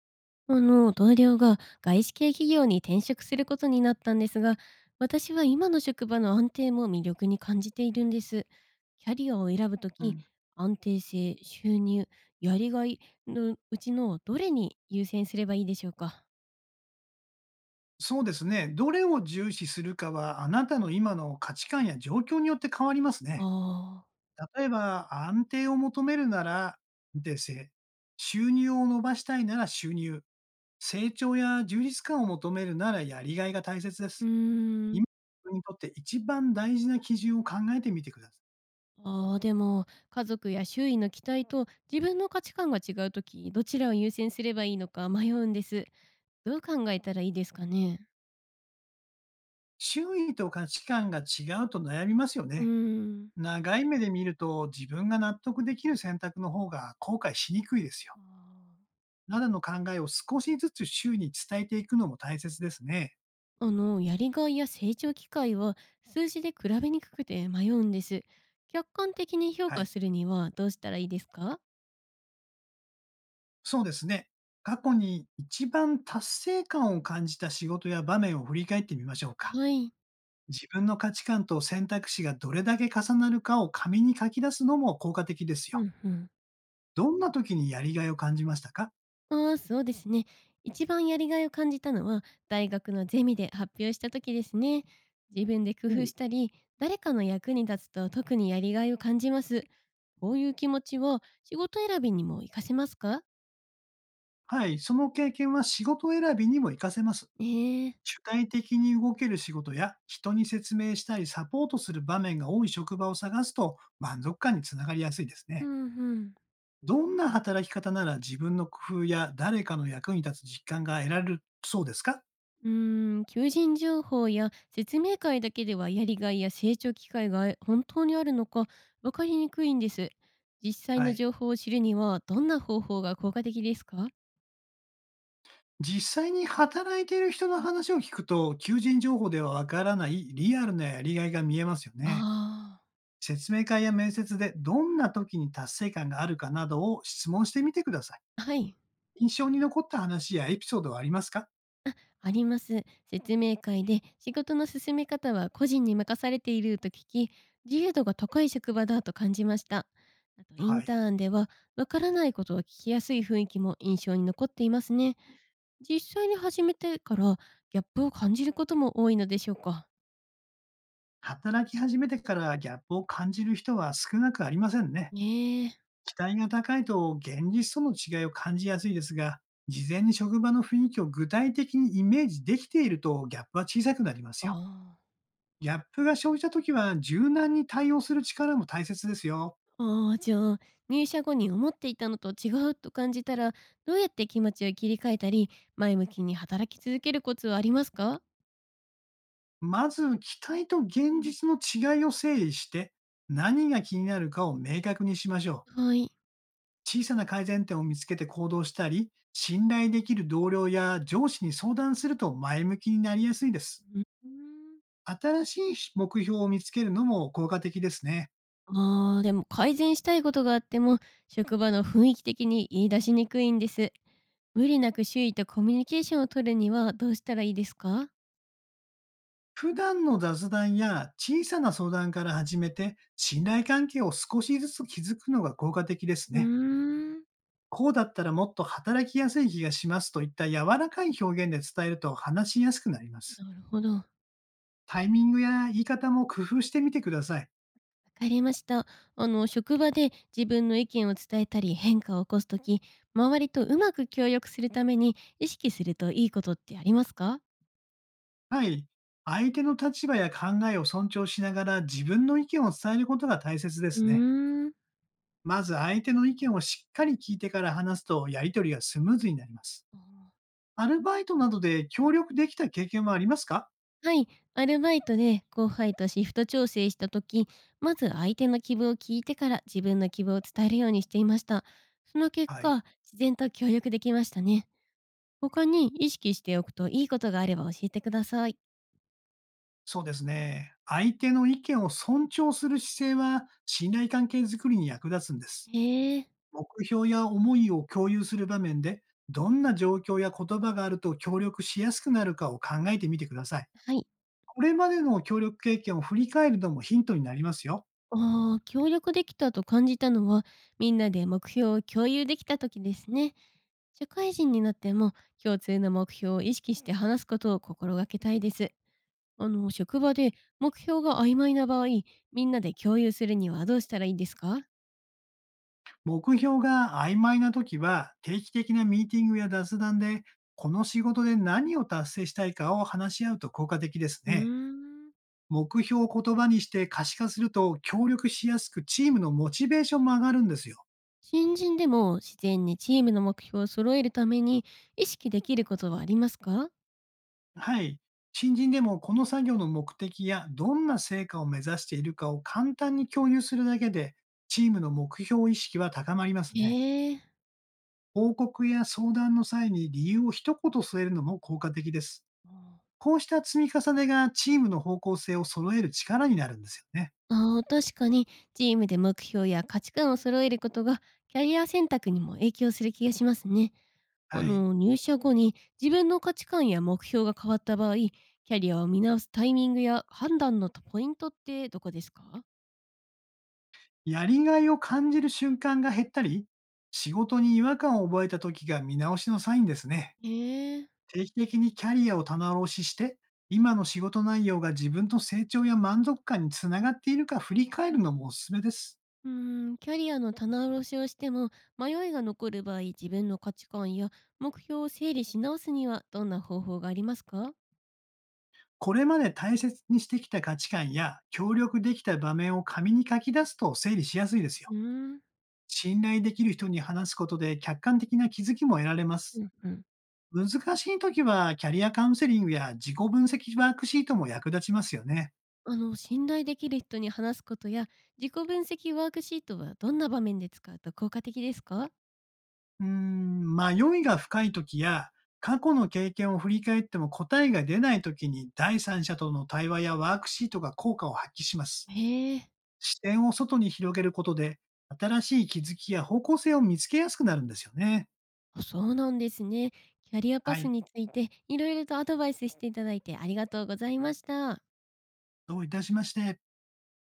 同僚が外資系企業に転職することになったんですが、私は今の職場の安定も魅力に感じているんです。キャリアを選ぶとうき、ん、安定性、収入、やりがいのうちのどれに優先すればいいでしょうか。そうですね。どれを重視するかは、あなたの今の価値観や状況によって変わりますね。ああ、例えば、安定を求めるなら、税制。収入を伸ばしたいなら収入。成長や充実感を求めるならやりがいが大切でうす。ーん。今、自分にとって一番大事な基準を考えてみてください。ああ、でも、家族や周囲の期待と自分の価値観が違うとき、どちらを優先すればいいのか迷うんです。どう考えたらいいですかね。周囲と価値観が違うと悩みますようーね。ん。長い目で見ると、自分が納得できる選択の方が後悔しにくいですよ。あー。などの考えを少しずつ周囲に伝えていくのも大切ですね。やりがいや成長機会は数字で比べにくくて迷うんです。客観的に評は価い。するにはどうしたらいいですか？そうですね。過去に一番達成感を感じた仕事や場面を振り返ってみましょうか。はい。自分の価値観と選択肢がどれだけ重なるかを紙に書き出すのも効果的ですうよ。んうん。どんな時にやりがいを感じましたか？ああ、そうですね。一番やりがいを感じたのは大学のゼミで発表した時ですね。自分で工お夫う。したり、誰かの役に立つと特にやりがいを感じます。こういう気持ちは仕事選びにも活かせますか？はい、その経験は仕事選びにも活かせます。ええ。主体的に動ける仕事や人に説明したりサポートする場面が多い職場を探すと満足感につながりやすいですうね。んうん。どんな働き方なら自分の工夫や誰かの役に立つ実感が得られるそうですか？求人情報や説明会だけではやりがいや成長機会が本当にあるのか分かりにくいんです。実際はのい。情報を知るにはどんな方法が効果的ですか？実際に働いている人の話を聞くと、求人情報ではわからないリアルなやりがいが見えますよね。あ説明会や面接でどんな時に達成感があるかなどを質問してみてください。あー、はい、印象に残った話やエピソードはありますか？あります。説明会で仕事の進め方は個人に任されていると聞き、自由度が高い職場だと感じました。あとイはンタい。ーンでは分からないことを聞きやすい雰囲気も印象に残っていますね。実際に始めてから、ギャップを感じることも多いのでしょうか？働き始めてからギャップを感じる人は少なくありませんね。ねえ。期待が高いと現実との違いを感じやすいですが、事前に職場の雰囲気を具体的にイメージできているとギャップは小さくなりますよ。あギャップが生じたときは柔軟に対応する力も大切ですよ。あ、ああ、じゃあ、入社後に思っていたのと違うと感じたら、どうやって気持ちを切り替えたり、前向きに働き続けるコツはありますか？まず期待と現実の違いを整理して、何が気になるかを明確にしましょう。はい。小さな改善点を見つけて行動したり、信頼できる同僚や上司に相談すると前向きになりやすいです。うーん。新しい目標を見つけるのも効果的ですね。ああ、でも改善したいことがあっても、職場の雰囲気的に言い出しにくいんです。無理なく周囲とコミュニケーションを取るにはどうしたらいいですか？普段の雑談や小さな相談から始めて、信頼関係を少しずつ築くのが効果的ですうね。ーん。こうだったらもっと働きやすい気がしますといった柔らかい表現で伝えると話しやすくなります。なるほど。タイミングや言い方も工夫してみてください。わかりました。職場で自分の意見を伝えたり変化を起こすとき、周りとうまく協力するために意識するといいことってありますか？はい。相手の立場や考えを尊重しながら自分の意見を伝えることが大切でうーすね。ん、まず相手の意見をしっかり聞いてから話すとやりとりがスムーズになります。アルバイトなどで協力できた経験はありますか？はい。アルバイトで後輩とシフト調整したとき、まず相手の希望を聞いてから自分の希望を伝えるようにしていました。その結は果、い、自然と協力できましたね。他に意識しておくといいことがあれば教えてください。そうですね。相手の意見を尊重する姿勢は信頼関係づくりに役立つんです。へえ。目標や思いを共有する場面で、どんな状況や言葉があると協力しやすくなるかを考えてみてください。はい。これまでの協力経験を振り返るのもヒントになりますよ。ああ、協力できたと感じたのは、みんなで目標を共有できた時ですね。社会人になっても、共通の目標を意識して話すことを心がけたいです。職場で目標が曖昧な場合、みんなで共有するにはどうしたらいいですか？目標が曖昧な時は、定期的なミーティングや雑談で、この仕事で何を達成したいかを話し合うと効果的ですうね。ーん。目標を言葉にして可視化すると協力しやすく、チームのモチベーションも上がるんですよ。新人でも自然にチームの目標を揃えるために意識できることはありますか？はい。新人でもこの作業の目的やどんな成果を目指しているかを簡単に共有するだけで、チームの目標意識は高まりますへね。え。報告や相談の際に理由を一言添えるのも効果的です。こうした積み重ねがチームの方向性を揃える力になるんですよね。ああ、確かにチームで目標や価値観を揃えることがキャリア選択にも影響する気がしますね。はい。入社後に自分の価値観や目標が変わった場合、キャリアを見直すタイミングや判断のポイントってどこですか？やりがいを感じる瞬間が減ったり、仕事に違和感を覚えた時が見直しのサインですね。ええ。定期的にキャリアを棚卸しして、今の仕事内容が自分の成長や満足感につながっているか振り返るのもおすすめです。うーキャリアの棚卸しをしても迷いが残る場合、自分の価値観や目標を整理し直すにはどんな方法がありますか？これまで大切にしてきた価値観や協力できた場面を紙に書き出すと整理しやすいですよ。うーん、信頼できる人に話すことで客観的な気づきも得られます。うんうん。難しい時はキャリアカウンセリングや自己分析ワークシートも役立ちますよね。信頼できる人に話すことや、自己分析ワークシートはどんな場面で使うと効果的ですか？うーん、迷いが深い時や、過去の経験を振り返っても答えが出ない時に第三者との対話やワークシートが効果を発揮します。へえ、視点を外に広げることで、新しい気づきや方向性を見つけやすくなるんですよね。あそうなんですね。キャリアはパスい。についていろいろとアドバイスしていただいてありがとうございました。どういたしまして。